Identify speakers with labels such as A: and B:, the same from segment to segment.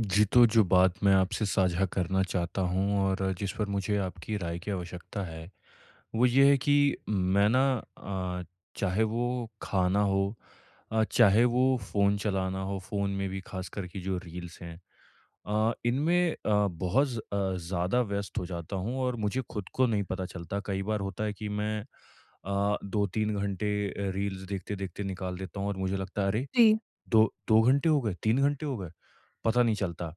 A: जी, तो जो बात मैं आपसे साझा करना चाहता हूँ और जिस पर मुझे आपकी राय की आवश्यकता है, वो ये है कि मैं ना अ, चाहे वो खाना हो चाहे वो फ़ोन चलाना हो, फ़ोन में भी ख़ासकर कि जो रील्स हैं इनमें बहुत ज़्यादा व्यस्त हो जाता हूँ और मुझे खुद को नहीं पता चलता। कई बार होता है कि मैं 2-3 घंटे रील्स देखते-देखते निकाल देता हूँ और मुझे लगता है, "अरे!
B: जी,
A: 2 घंटे हो गए, 3 घंटे हो गए।" पता नहीं चलता।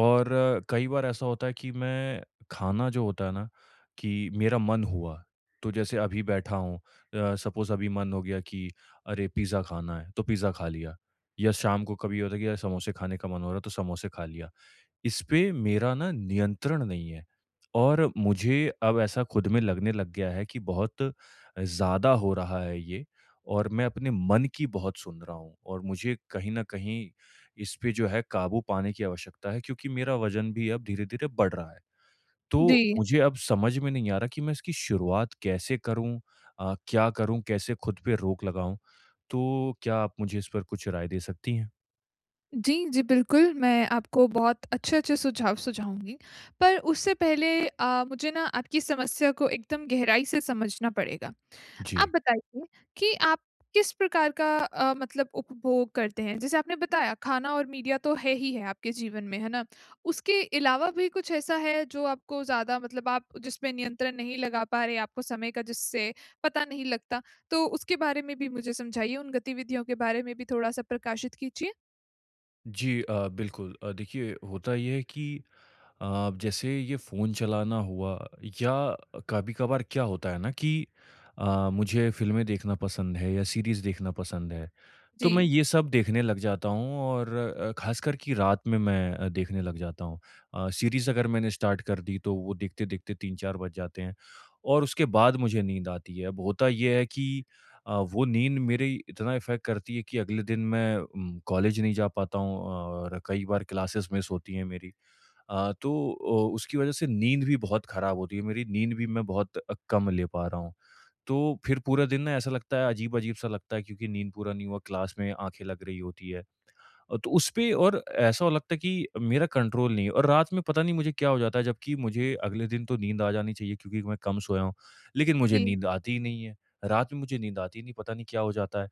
A: और कई बार ऐसा होता है कि मैं खाना जो होता है ना कि मेरा मन हुआ तो जैसे अभी बैठा हूँ सपोज अभी मन हो गया कि अरे पिज़्ज़ा खाना है तो पिज़्ज़ा खा लिया या शाम को कभी होता है कि यार समोसे खाने का मन हो रहा है तो समोसे खा लिया इसपे मेरा ना नियंत्रण नहीं है और मुझे अब ऐसा खुद में लगने लग गया है कि बहुत ज़्यादा हो रहा है ये और मैं अपने मन की बहुत सुन रहा हूँ और मुझे कहीं न कहीं इस पे जो है काबू पाने की आवश्यकता है क्योंकि मेरा वज़न भी अब धीरे-धीरे बढ़ रहा है। तो
B: जी।
A: मुझे अब समझ में नहीं आ रहा कि मैं इसकी शुरुआत कैसे करूँ? क्या करूँ? कैसे खुद पे रोक लगाऊँ? तो क्या आप मुझे इस पर कुछ राय दे सकती हैं?
B: जी, जी, बिल्कुल, मैं आपको बहुत अच्छे-अच्छे सुझाव सुझाऊँगी। पर उससे पहले मुझे ना आपकी समस्या को एकदम गहराई से समझना पड़ेगा।
A: जी।
B: आप बताइए कि आप किस प्रकार का मतलब उपभोग करते हैं? जैसे आपने बताया खाना और मीडिया तो है ही है आपके जीवन में, है ना? उसके अलावा भी कुछ ऐसा है जो आपको ज़्यादा मतलब आप जिसपे नियंत्रण नहीं लगा पा रहे, आपको समय का जिससे पता नहीं लगता? तो उसके बारे में भी मुझे समझाइए, उन गतिविधियों के बारे में भी थोड़ा-सा प्रकाशित कीजिए।
A: जी, बिल्कुल देखिए होता ये है कि जैसे ये फ़ोन चलाना हुआ या कभी-कभार क्या होता है ना कि मुझे फ़िल्में देखना पसंद है या सीरीज़ देखना पसंद है, तो मैं
B: जी,
A: ये सब देखने लग जाता हूँ और ख़ासकर कि रात में मैं देखने लग जाता हूँ। सीरीज़ अगर मैंने स्टार्ट कर दी तो वो देखते-देखते 3-4 बज जाते हैं और उसके बाद मुझे नींद आती है। अब होता ये है कि वो नींद मेरी इतना इफ़ेक्ट करती है कि अगले दिन मैं कॉलेज नहीं जा पाता हूँ और कई बार क्लासेस मिस होती हैं मेरी। तो उसकी वजह से नींद भी बहुत खराब होती है मेरी, नींद भी मैं बहुत कम ले पा रहा हूँ। तो फिर पूरा दिन ना ऐसा लगता है अजीब-अजीब सा लगता है क्योंकि नींद पूरा नहीं हुआ, क्लास में आँखें लग रही होती है। तो उसपे और ऐसा लगता है कि मेरा कंट्रोल नहीं है और रात में पता नहीं मुझे क्या हो जाता है जबकि मुझे अगले दिन तो नींद आ जानी चाहिए क्योंकि मैं कम सोया हूँ, लेकिन मुझे
B: जी।
A: नींद आती ही नहीं है। रात में मुझे नींद आती ही नहीं, पता नहीं क्या हो जाता है।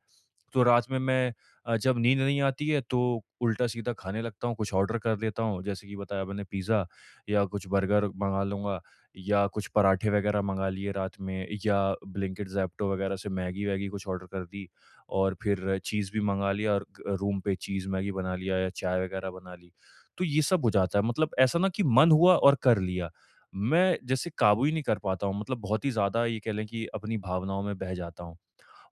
A: तो रात में मैं जब नींद नहीं आती है तो उल्टा-सीधा खाने लगता हूँ, कुछ ऑर्डर कर लेता हूँ, जैसे कि बताया मैंने पिज़्ज़ा या कुछ बर्गर मँगा लूँगा या कुछ पराठे वगैरह मँगा लिए रात में या ब्लिंकिट, ज़ेप्टो वगैरह से मैगी-वैगी कुछ ऑर्डर कर दी और फिर चीज़ भी मँगा लिया और ग रूम पे चीज़ मैगी बना लिया या चाय वगैरह बना ली। तो ये सब हो जाता है मतलब ऐसा ना कि मन हुआ और कर लिया। मैं जैसे काबू ही नहीं कर पाता हूँ मतलब बहुत ही ज़्यादा ये कह लें कि अपनी भावनाओं में बह जाता हूँ।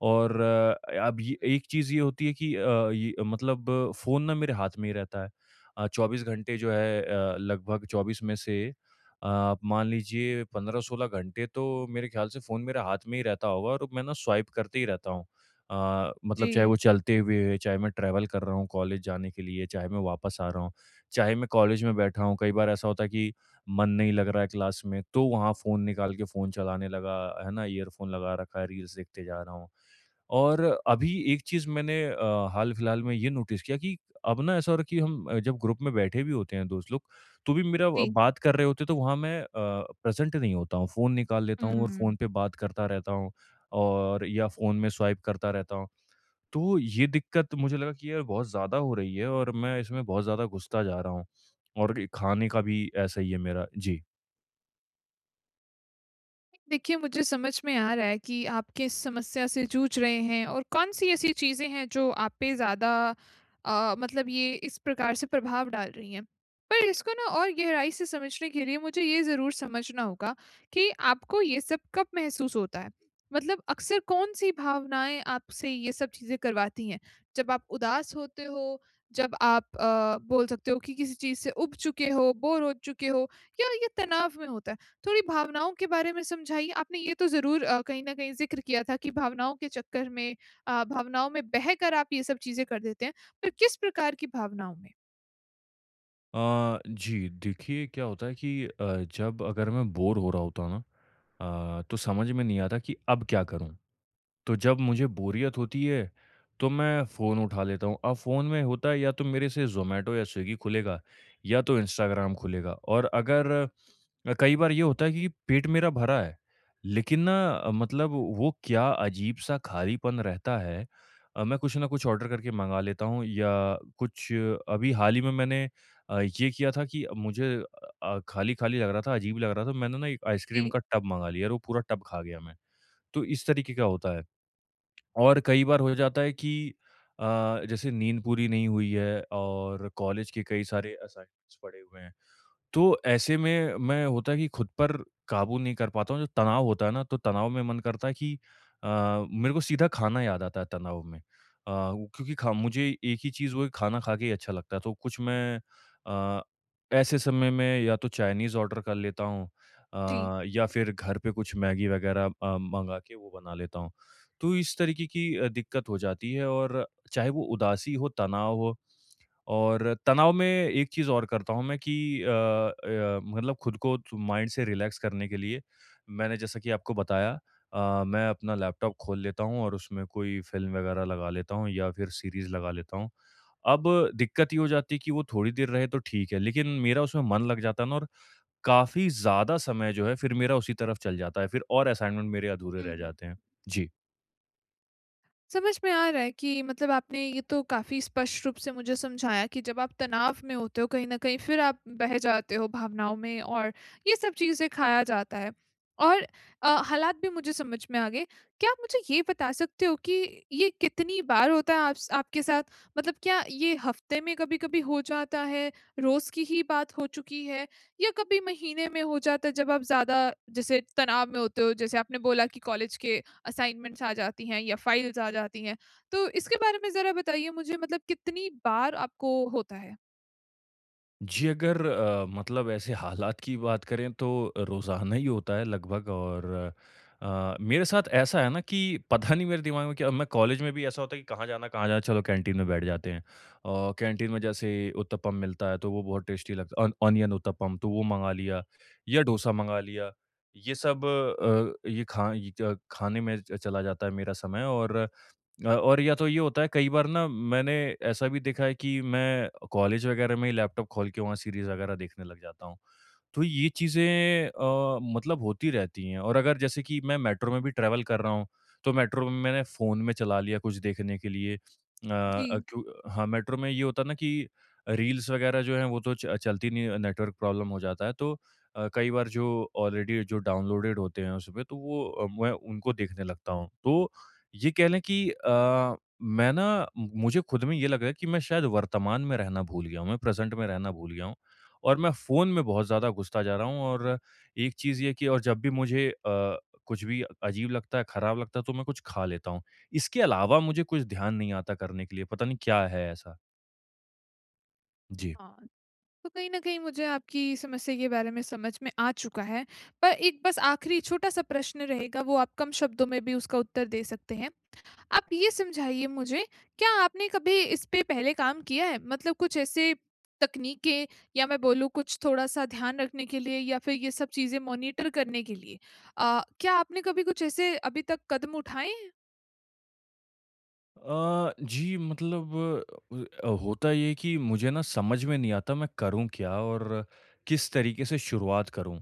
A: और अब ये
B: हुँ।
A: एक चीज़ ये होती है कि ये मतलब फ़ोन ना मेरे हाथ में ही रहता है। 24 घंटे जो है लगभग 24 में से आप मान लीजिए 15-16 घंटे तो मेरे ख़्याल से फ़ोन मेरे हाथ में ही रहता होगा और मैं ना स्वाइप करते ही रहता हूँ। मतलब चाहे
B: जी,
A: वो चलते हुए है, चाहे मैं ट्रैवल कर रहा हूँ कॉलेज जाने के लिए, चाहे मैं वापस आ रहा हूँ, चाहे मैं कॉलेज में बैठा हूँ। कई बार ऐसा होता है कि मन नहीं लग रहा है क्लास में, तो वहाँ फ़ोन निकाल के फ़ोन चलाने लगा, है ना? ईयरफ़ोन लगा रखा है, रील्स देखते जा रहा हूँ। और अभी एक चीज़ मैंने हाल-फिलहाल में ये नोटिस किया कि अब ना ऐसा हो रहा है कि हम जब ग्रुप में बैठे भी होते हैं दोस्त लोग, तो भी मेरा व
B: जी।
A: बात कर रहे होते हैं तो वहाँ मैं प्रेज़ेंट नहीं होता हूँ। फ़ोन निकाल लेता हूँ और फ़ोन
B: हुँ।
A: पे बात करता रहता हूँ और या फ़ोन में स्वाइप करता रहता हूँ। तो ये दिक्कत मुझे लगा कि यार बहुत ज़्यादा हो रही है और मैं इसमें बहुत ज़्यादा घुसता जा रहा हूँ। और ये खाने का भी ऐसा ही है मेरा। जी।
B: देखिए, मुझे समझ में आ रहा है कि आप किस समस्या से जूझ रहे हैं और कौन-सी ऐसी चीज़ें हैं जो आप पे ज़्यादा मतलब ये इस प्रकार से प्रभाव डाल रही हैं। पर इसको ना और गहराई से समझने के लिए मुझे ये ज़रूर समझना होगा कि आपको ये सब कब महसूस होता है? मतलब अक्सर कौन-सी भावनाएँ आपसे ये सब चीज़ें करवाती हैं? जब आप उदास होते हो, जब आप बोल सकते हो कि किसी चीज़ से ऊब चुके हो, बोर हो चुके हो या ये तनाव में होता है? थोड़ी भावनाओं के बारे में समझाइए। आपने ये तो ज़रूर कहीं न कहीं ज़िक्र किया था कि भावनाओं के चक्कर में भावनाओं में बह कर आप ये सब चीज़ें कर देते हैं। पर किस प्रकार की भावनाओं में?
A: जी, देखिए क्या होता है कि जब अगर मैं बोर हो रहा होता हूँ ना तो समझ में नहीं आता कि अब क्या करूँ? तो जब मुझे बोरियत होती है, तो मैं फ़ोन उठा लेता हूँ। अब फ़ोन में होता है या तो मेरे से ज़ोमैटो या स्विगी खुलेगा या तो इंस्टाग्राम खुलेगा और अगर कई बार ये होता है कि पेट मेरा भरा है, लेकिन ना मतलब वो क्या अजीब-सा खालीपन रहता है। मैं कुछ न कुछ ऑर्डर करके मँगा लेता हूँ या कुछ अभी हाल ही में मैंने ये किया था कि मुझे खाली-खाली लग रहा था, अजीब लग रहा था। मैंने ना एक आइसक्रीम
B: जी,
A: का टब मँगा लिया और वो पूरा टब खा गया मैं। तो इस तरीके का होता है। और कई बार हो जाता है कि अ, जैसे नींद पूरी नहीं हुई है और कॉलेज के कई सारे असाइनमेंट्स पड़े हुए हैं तो ऐसे में मैं होता है कि खुद पर काबू नहीं कर पाता हूँ, जो तनाव होता है ना, तो तनाव में मन करता है कि अ, मेरे को सीधा खाना याद आता है तनाव में। वो- क्योंकि खा मुझे एक ही चीज़ वो है खाना खा के ही अच्छा लगता है, तो कुछ मैं अ, ऐसे समय में या तो चाइनीज़ ऑर्डर कर लेता हूँ
B: जी।
A: या फिर घर पे कुछ मैगी वगैरह मँगा के वो बना लेता हूँ। तो इस तरीके की दिक्कत हो जाती है और चाहे वो उदासी हो, तनाव हो और तनाव में एक चीज़ और करता हूँ मैं कि मतलब खुद को तो माइंड से रिलैक्स करने के लिए मैंने जैसा कि आपको बताया मैं अपना लैपटॉप खोल लेता हूँ और उसमें कोई फ़िल्म वगैरह लगा लेता हूँ या फिर सीरीज़ लगा लेता हूँ। अब दिक्कत ये हो जाती है कि वो थोड़ी देर रहे तो ठीक है, लेकिन मेरा उसमें मन लग जाता है ना और काफ़ी ज़्यादा समय जो है फिर मेरा उसी तरफ चल जाता है, फिर और असाइनमेंट मेरे अधूरे रह
B: हुँ।
A: जाते हैं। जी।
B: समझ में आ रहा है कि मतलब आपने ये तो काफ़ी स्पष्ट रूप से मुझे समझाया कि जब आप तनाव में होते हो कहीं न कहीं फिर आप बह जाते हो भावनाओं में और ये सब चीज़ें खाया जाता है। और हालात भी मुझे समझ में आ गए। क्या आप मुझे ये बता सकते हो कि ये कितनी बार होता है आप स आपके साथ? मतलब क्या ये हफ़्ते में कभी-कभी हो जाता है, रोज़ की ही बात हो चुकी है या कभी महीने में हो जाता है जब आप ज़्यादा जैसे तनाव में होते हो, जैसे आपने बोला कि कॉलेज के असाइनमेंट्स आ जाती हैं या फाइल्स आ जाती हैं। तो इसके बारे में ज़रा बताइए मुझे मतलब कितनी बार आपको होता है?
A: जी, अगर मतलब ऐसे हालात की बात करें तो रोज़ाना ही होता है लगभग और मेरे साथ ऐसा है ना कि पता नहीं मेरे दिमाग में क्या मैं कॉलेज में भी ऐसा होता है कि कहाँ जाना चलो कैंटीन में बैठ जाते हैं। और कैंटीन में जैसे उत्तपम मिलता है तो वो बहुत टेस्टी लगता है ऑन ऑनियन उत्तपम तो वो मँगा लिया या डोसा मँगा लिया। ये सब ये खा ये च खाने में च चला जाता है मेरा समय और और या तो ये होता है कई बार ना मैंने ऐसा भी देखा है कि मैं कॉलेज वगैरह में ही लैपटॉप खोल के वहाँ सीरीज़ वगैरह देखने लग जाता हूँ। तो ये चीज़ें मतलब होती रहती हैं और अगर जैसे कि मैं मेट्रो में भी ट्रैवल कर रहा हूँ, तो मेट्रो में मैंने फ़ोन में चला लिया कुछ देखने के लिए।
B: जी।
A: क्यों हाँ, मेट्रो में ये होता है ना कि रील्स वगैरह जो हैं वो तो च चलती नहीं है, नेटवर्क प्रॉब्लम हो जाता है। तो कई बार जो ऑलरेडी जो डाउनलोडेड होते हैं उसमें तो वो मैं उनको देखने लगता हूँ। तो ये कह लें कि मैं ना मुझे खुद में ये लगा कि मैं शायद वर्तमान में रहना भूल गया हूँ, मैं प्रेज़ेंट में रहना भूल गया हूँ। और मैं फ़ोन में बहुत ज़्यादा घुसता जा रहा हूँ और एक चीज़ ये कि और जब भी मुझे कुछ भी अजीब लगता है, खराब लगता है, तो मैं कुछ खा लेता हूँ। इसके अलावा मुझे कुछ ध्यान नहीं आता करने के लिए, पता नहीं क्या है ऐसा? जी।
B: हाँ, तो कहीं न कहीं मुझे आपकी समस्या के बारे में समझ में आ चुका है। पर एक बस आखिरी छोटा-सा प्रश्न रहेगा, वो आप कम शब्दों में भी उसका उत्तर दे सकते हैं। आप ये समझाइए मुझे, क्या आपने कभी इस पे पहले काम किया है? मतलब कुछ ऐसे तकनीकें या मैं बोलूँ कुछ थोड़ा-सा ध्यान रखने के लिए या फिर ये सब चीज़ें मॉनिटर करने के लिए क्या आपने कभी कुछ ऐसे अभी तक कदम उठाए?
A: जी मतलब होता ये है कि मुझे ना समझ में नहीं आता मैं करूँ क्या और किस तरीके से शुरुआत करूँ।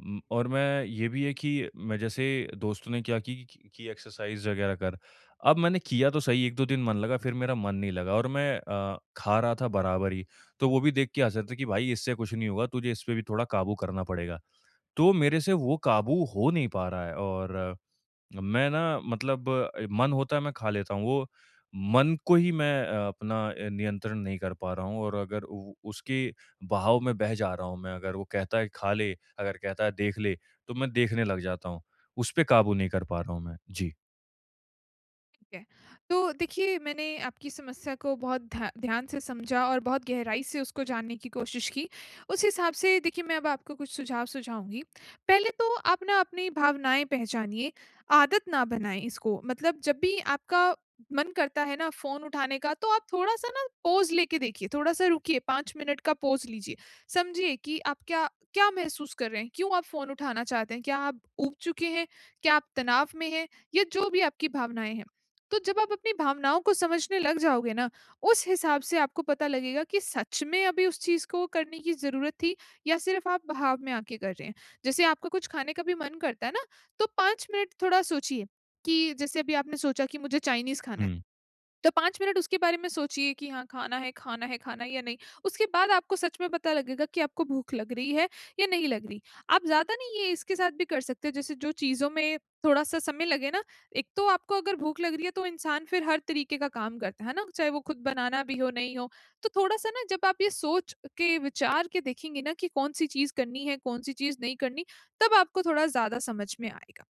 A: म और मैं ये भी है कि मैं जैसे दोस्तों ने क्या की कि एक्सरसाइज़ वगैरह कर। अब मैंने किया तो सही 1-2 दिन मन लगा फिर मेरा मन नहीं लगा और मैं खा रहा था बराबर ही। तो वो भी देख के हँस रहे थे कि भाई इससे कुछ नहीं होगा तुझे इस पे भी थोड़ा काबू करना पड़ेगा। तो मेरे से वो काबू हो नहीं पा रहा है और मैं ना मतलब मन होता है मैं खा लेता हूँ, वो मन को ही मैं अपना नियंत्रण नहीं कर पा रहा हूँ और अगर उ उसके बहाव में बह जा रहा हूँ मैं, अगर वो कहता है खा ले, अगर कहता है देख ले, तो मैं देखने लग जाता हूँ। उस पे काबू नहीं कर पा रहा हूँ मैं। जी।
B: ठीक है। तो देखिए मैंने आपकी समस्या को बहुत ध्यान से समझा और बहुत गहराई से उसको जानने की कोशिश की। उस हिसाब से देखिए मैं अब आपको कुछ सुझाव सुझाऊँगी। पहले तो आप ना अपनी भावनाएँ पहचानिए, आदत ना बनाएँ इसको। मतलब जब भी आपका मन करता है ना फ़ोन उठाने का तो आप थोड़ा-सा ना पॉज़ लेके देखिए, थोड़ा-सा रुकिए 5 मिनट का पॉज़ लीजिए। समझिए कि आप क्या क्या महसूस कर रहे हैं? क्यों आप फ़ोन उठाना चाहते हैं? क्या आप ऊब चुके हैं? क्या आप तनाव में हैं? या जो भी आपकी भावनाएँ हैं। तो जब आप अपनी भावनाओं को समझने लग जाओगे ना, उस हिसाब से आपको पता लगेगा कि सच में अभी उस चीज़ को करने की ज़रूरत थी या सिर्फ़ आप बहाव में आके कर रहे हैं। जैसे आपका कुछ खाने का भी मन करता है ना, तो 5 मिनट थोड़ा सोचिए कि जैसे अभी आपने सोचा कि मुझे चाइनीज़ खाना है।
A: हुँ।
B: तो 5 मिनट उसके बारे में सोचिए कि हाँ, खाना है, खाना है, खाना है या नहीं। उसके बाद आपको सच में पता लगेगा कि आपको भूख लग रही है या नहीं लग रही। आप ज़्यादा नहीं ये इसके साथ भी कर सकते हो जैसे जो चीज़ों में थोड़ा-सा समय लगे ना, एक तो आपको अगर भूख लग रही है तो इंसान फिर हर तरीके का काम करता है ना, चाहे वो खुद बनाना भी हो, नहीं हो। तो थोड़ा-सा ना जब आप ये सोच के विचार के देखेंगे ना कि कौन-सी चीज़ करनी है, कौन-सी चीज़ नहीं करनी, तब आपको थोड़ा ज़्यादा समझ में आएगा।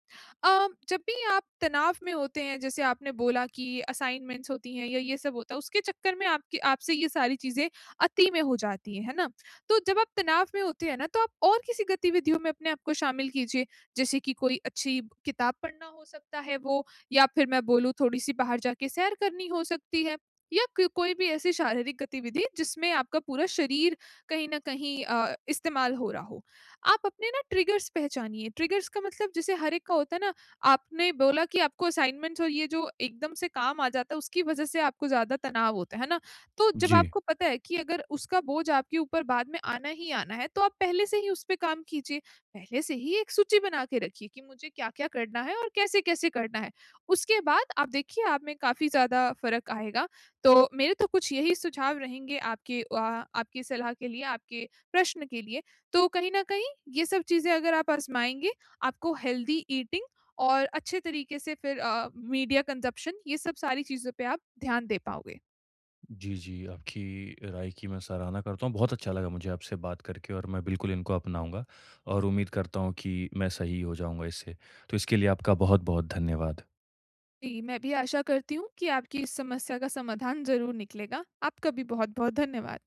B: जब भी आप तनाव में होते हैं जैसे आपने बोला कि असाइनमेंट्स होती हैं या ये सब होता है उसके चक्कर में आपकी आपसे ये सारी चीज़ें अति में हो जाती हैं, है ना? तो जब आप तनाव में होते हैं ना तो आप और किसी गतिविधियों में अपने आप को शामिल कीजिए, जैसे कि कोई अच्छी किताब पढ़ना हो सकता है वो या फिर मैं बोलूँ थोड़ी-सी बाहर जाके सैर करनी हो सकती है या क कोई भी ऐसी शारीरिक गतिविधि जिसमें आपका पूरा शरीर कहीं न कहीं इस्तेमाल हो रहा हो। आप अपने ना ट्रिगर्स पहचानिए, ट्रिगर्स का मतलब जैसे हर एक का होता है ना, आपने बोला कि आपको असाइनमेंट्स और ये जो एकदम से काम आ जाता है उसकी वज़ह से आपको ज़्यादा तनाव होता है ना? तो जब
A: जी।
B: आपको पता है कि अगर उसका बोझ आपके ऊपर बाद में आना ही आना है तो आप पहले से ही उस पे काम कीजिए। पहले से ही एक सूची बना के रखिए कि मुझे क्या-क्या करना है और कैसे-कैसे करना है। उसके बाद आप देखिए आप में काफ़ी ज़्यादा फ़र्क आएगा। तो मेरे तो कुछ यही सुझाव रहेंगे आपकी सलाह के लिए, आपके प्रश्न के लिए। तो कहीं न कहीं ये सब चीज़ें अगर आप आज़माएँगे, आपको हेल्दी ईटिंग और अच्छे तरीके से फिर मीडिया कंज़प्शन ये सब सारी चीज़ों पे आप ध्यान दे पाओगे।
A: जी, जी, आपकी राय की मैं सराहना करता हूँ, बहुत अच्छा लगा मुझे आपसे बात करके और मैं बिल्कुल इनको अपनाऊँगा और उम्मीद करता हूँ कि मैं सही हो जाऊँगा इससे। तो इसके लिए आपका बहुत-बहुत धन्यवाद।
B: जी, मैं भी आशा करती हूँ कि आपकी इस समस्या का समाधान ज़रूर निकलेगा। आपका भी बहुत-बहुत धन्यवाद।